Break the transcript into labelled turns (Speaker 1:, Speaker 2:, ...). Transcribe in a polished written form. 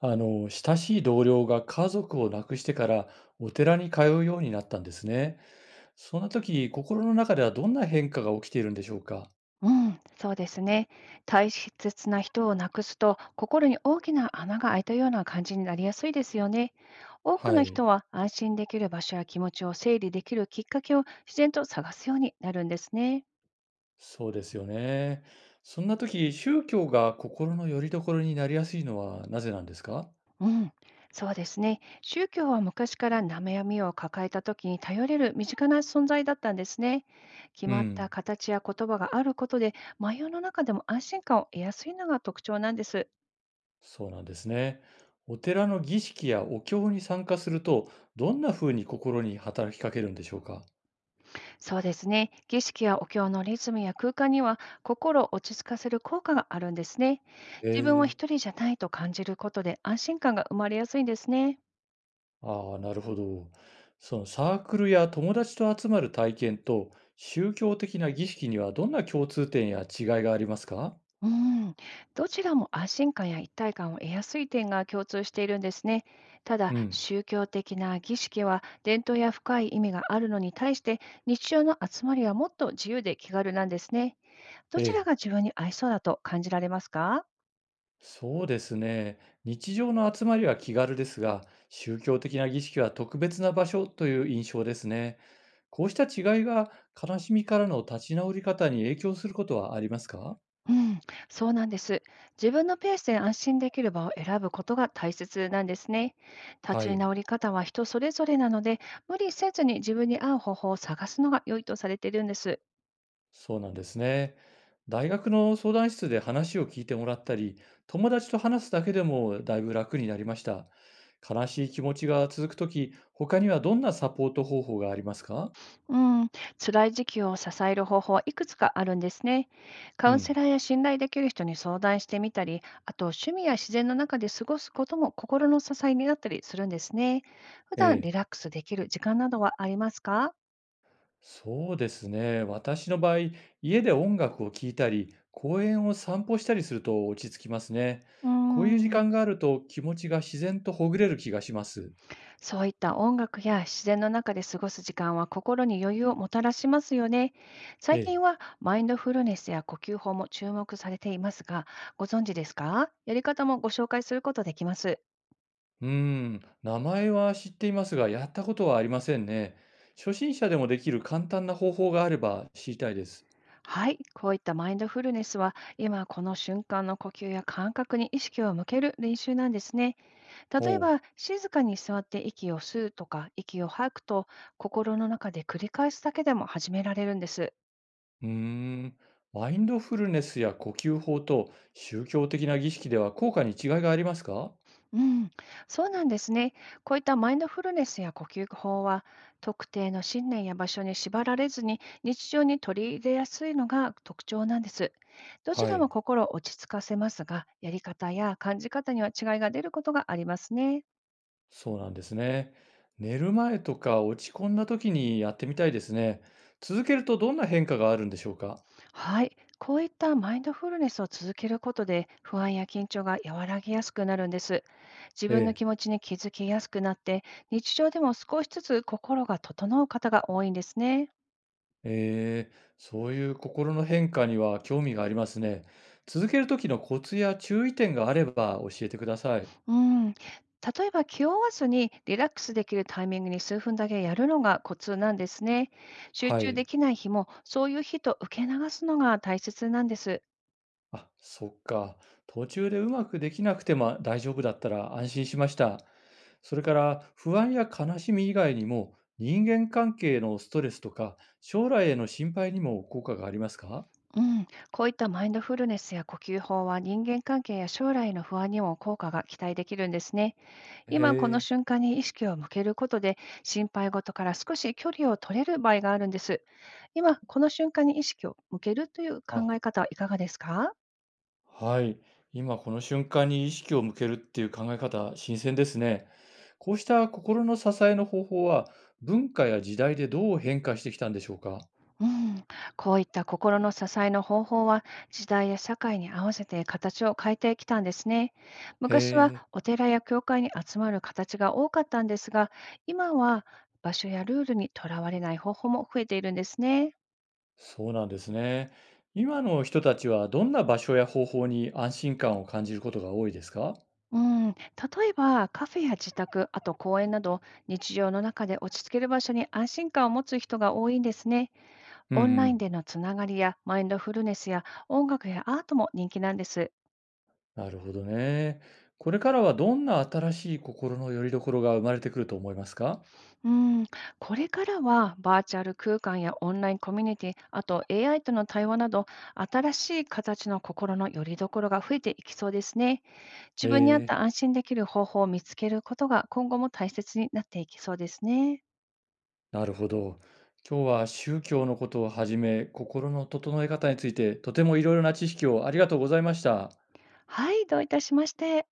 Speaker 1: 親しい同僚が家族を亡くしてからお寺に通うようになったんですね。そんな時、心の中ではどんな変化が起きているんでしょうか？
Speaker 2: うん、そうですね。大切な人を亡くすと、心に大きな穴が開いたような感じになりやすいですよね。多く
Speaker 1: は
Speaker 2: の人
Speaker 1: い。
Speaker 2: は安心できる場所や気持ちを整理できるきっかけを自然と探すようになるんですね。
Speaker 1: そうですよね。そんな時、宗教が心の拠り所になりやすいのはなぜなんですか？
Speaker 2: うん、そうですね。宗教は昔から悩みを抱えた時に頼れる身近な存在だったんですね。決
Speaker 1: う
Speaker 2: まった
Speaker 1: ん。
Speaker 2: 形や言葉があることで、迷いの中でも安心感を得やすいのが特徴なんです。
Speaker 1: そうなんですね。お寺の儀式やお経に参加すると、どんな風に心に働きかけるんでしょうか？
Speaker 2: そうですね。儀式やお経のリズムや空間には心を落ち着かせる効果があるんですね。自分は
Speaker 1: ええ。
Speaker 2: 一人じゃないと感じることで安心感が生まれやすいんですね。
Speaker 1: ああ、なるほど。そのサークルや友達と集まる体験と宗教的な儀式にはどんな共通点や違いがありますか？
Speaker 2: うん、どちらも安心感や一体感を得やすい点が共通しているんですね。ただ、
Speaker 1: うん。
Speaker 2: 宗教的な儀式は伝統や深い意味があるのに対して、日常の集まりはもっと自由で気軽なんですね。ど
Speaker 1: え
Speaker 2: ちら
Speaker 1: え。
Speaker 2: が自分に合いそうだと感じられますか？
Speaker 1: そうですね。日常の集まりは気軽ですが、宗教的な儀式は特別な場所という印象ですね。こうした違いが悲しみからの立ち直り方に影響することはありますか？
Speaker 2: うん、そうなんです。自分のペースで安心できる場を選ぶことが大切なんですね。
Speaker 1: は
Speaker 2: 立ち
Speaker 1: い。
Speaker 2: 直り方は人それぞれなので、無理せずに自分に合う方法を探すのが良いとされているんです。
Speaker 1: そうなんですね。大学の相談室で話を聞いてもらったり、友達と話すだけでもだいぶ楽になりました。悲しい気持ちが続くとき、他にはどんなサポート方法がありますか？
Speaker 2: うん、辛い時期を支える方法はいくつかあるんですね。カ
Speaker 1: う
Speaker 2: ウンセ
Speaker 1: ん。
Speaker 2: ラーや信頼できる人に相談してみたり、あと趣味や自然の中で過ごすことも心の支えになったりするんですね。普
Speaker 1: え
Speaker 2: 段リ
Speaker 1: え。
Speaker 2: ラックスできる時間などはありますか？
Speaker 1: そうですね。私の場合、家で音楽を聴いたり、公園を散歩したりすると落ち着きますね。
Speaker 2: う
Speaker 1: こういう時
Speaker 2: ん。
Speaker 1: 間があると気持ちが自然とほぐれる気がします。
Speaker 2: そういった音楽や自然の中で過ごす時間は心に余裕をもたらしますよね。
Speaker 1: え
Speaker 2: 最近
Speaker 1: え。
Speaker 2: はマインドフルネスや呼吸法も注目されていますが、ご存知ですか？やり方もご紹介することできます。
Speaker 1: うー名前は知っていますが、やったことはありませんね。初心者でもできる簡単な方法があれば知りたいです。
Speaker 2: はい、こういったマインドフルネスは今この瞬間の呼吸や感覚に意識を向ける練習なんですね。例え
Speaker 1: おう。
Speaker 2: ば静かに座って息を吸うとか息を吐くと心の中で繰り返すだけでも始められるんです。
Speaker 1: うーん。マインドフルネスや呼吸法と宗教的な儀式では効果に違いがありますか？
Speaker 2: うん、そうなんですね。こういったマインドフルネスや呼吸法は、特定の信念や場所に縛られずに日常に取り入れやすいのが特徴なんです。どち
Speaker 1: は
Speaker 2: らも
Speaker 1: い。
Speaker 2: 心を落ち着かせますが、やり方や感じ方には違いが出ることがありますね。
Speaker 1: そうなんですね。寝る前とか落ち込んだ時にやってみたいですね。続けるとどんな変化があるんでしょうか？
Speaker 2: はい、こういったマインドフルネスを続けることで、不安や緊張が和らぎやすくなるんです。自
Speaker 1: え
Speaker 2: 分の気
Speaker 1: え。
Speaker 2: 持ちに気づきやすくなって、日常でも少しずつ心が整う方が多いんですね。
Speaker 1: ええ、そういう心の変化には興味がありますね。続ける時のコツや注意点があれば教えてください。
Speaker 2: うん、例えば気を合わずにリラックスできるタイミングに数分だけやるのがコツなんですね。集
Speaker 1: は
Speaker 2: 中で
Speaker 1: い。
Speaker 2: きない日もそういう日と受け流すのが大切なんです。
Speaker 1: あ、そっか。途中でうまくできなくても大丈夫だったら安心しました。それから不安や悲しみ以外にも人間関係のストレスとか将来への心配にも効果がありますか？
Speaker 2: うん、こういったマインドフルネスや呼吸法は人間関係や将来の不安にも効果が期待できるんですね。
Speaker 1: へ
Speaker 2: 今この
Speaker 1: え。
Speaker 2: 瞬間に意識を向けることで心配事から少し距離を取れる場合があるんです。今この瞬間に意識を向けるという
Speaker 1: あ、
Speaker 2: 考え方はいかがですか？
Speaker 1: はい。今この瞬間に意識を向けるっていう考え方、新鮮ですね。こうした心の支えの方法は、文化や時代でどう変化してきたんでしょうか？
Speaker 2: うん、こういった心の支えの方法は時代や社会に合わせて形を変えてきたんですね。
Speaker 1: へ
Speaker 2: 昔は
Speaker 1: え、
Speaker 2: お寺や教会に集まる形が多かったんですが、今は場所やルールにとらわれない方法も増えているんですね。
Speaker 1: そうなんですね。今の人たちはどんな場所や方法に安心感を感じることが多いですか？
Speaker 2: うん、例えばカフェや自宅、あと公園など日常の中で落ち着ける場所に安心感を持つ人が多いんですね。
Speaker 1: うんう
Speaker 2: オンライン
Speaker 1: ん。
Speaker 2: でのつながりやマインドフルネスや音楽やアートも人気なんです。
Speaker 1: なるほどね。これからはどんな新しい心の拠り所が生まれてくると思いますか？
Speaker 2: うん、これからはバーチャル空間やオンラインコミュニティ、あと AI との対話など、新しい形の心の拠り所が増えていきそうですね。自
Speaker 1: へ
Speaker 2: 分に合っ
Speaker 1: え。
Speaker 2: た安心できる方法を見つけることが今後も大切になっていきそうですね。
Speaker 1: なるほど。今日は宗教のことをはじめ、心の整え方について、とてもいろいろな知識をありがとうございました。
Speaker 2: はい、どういたしまして。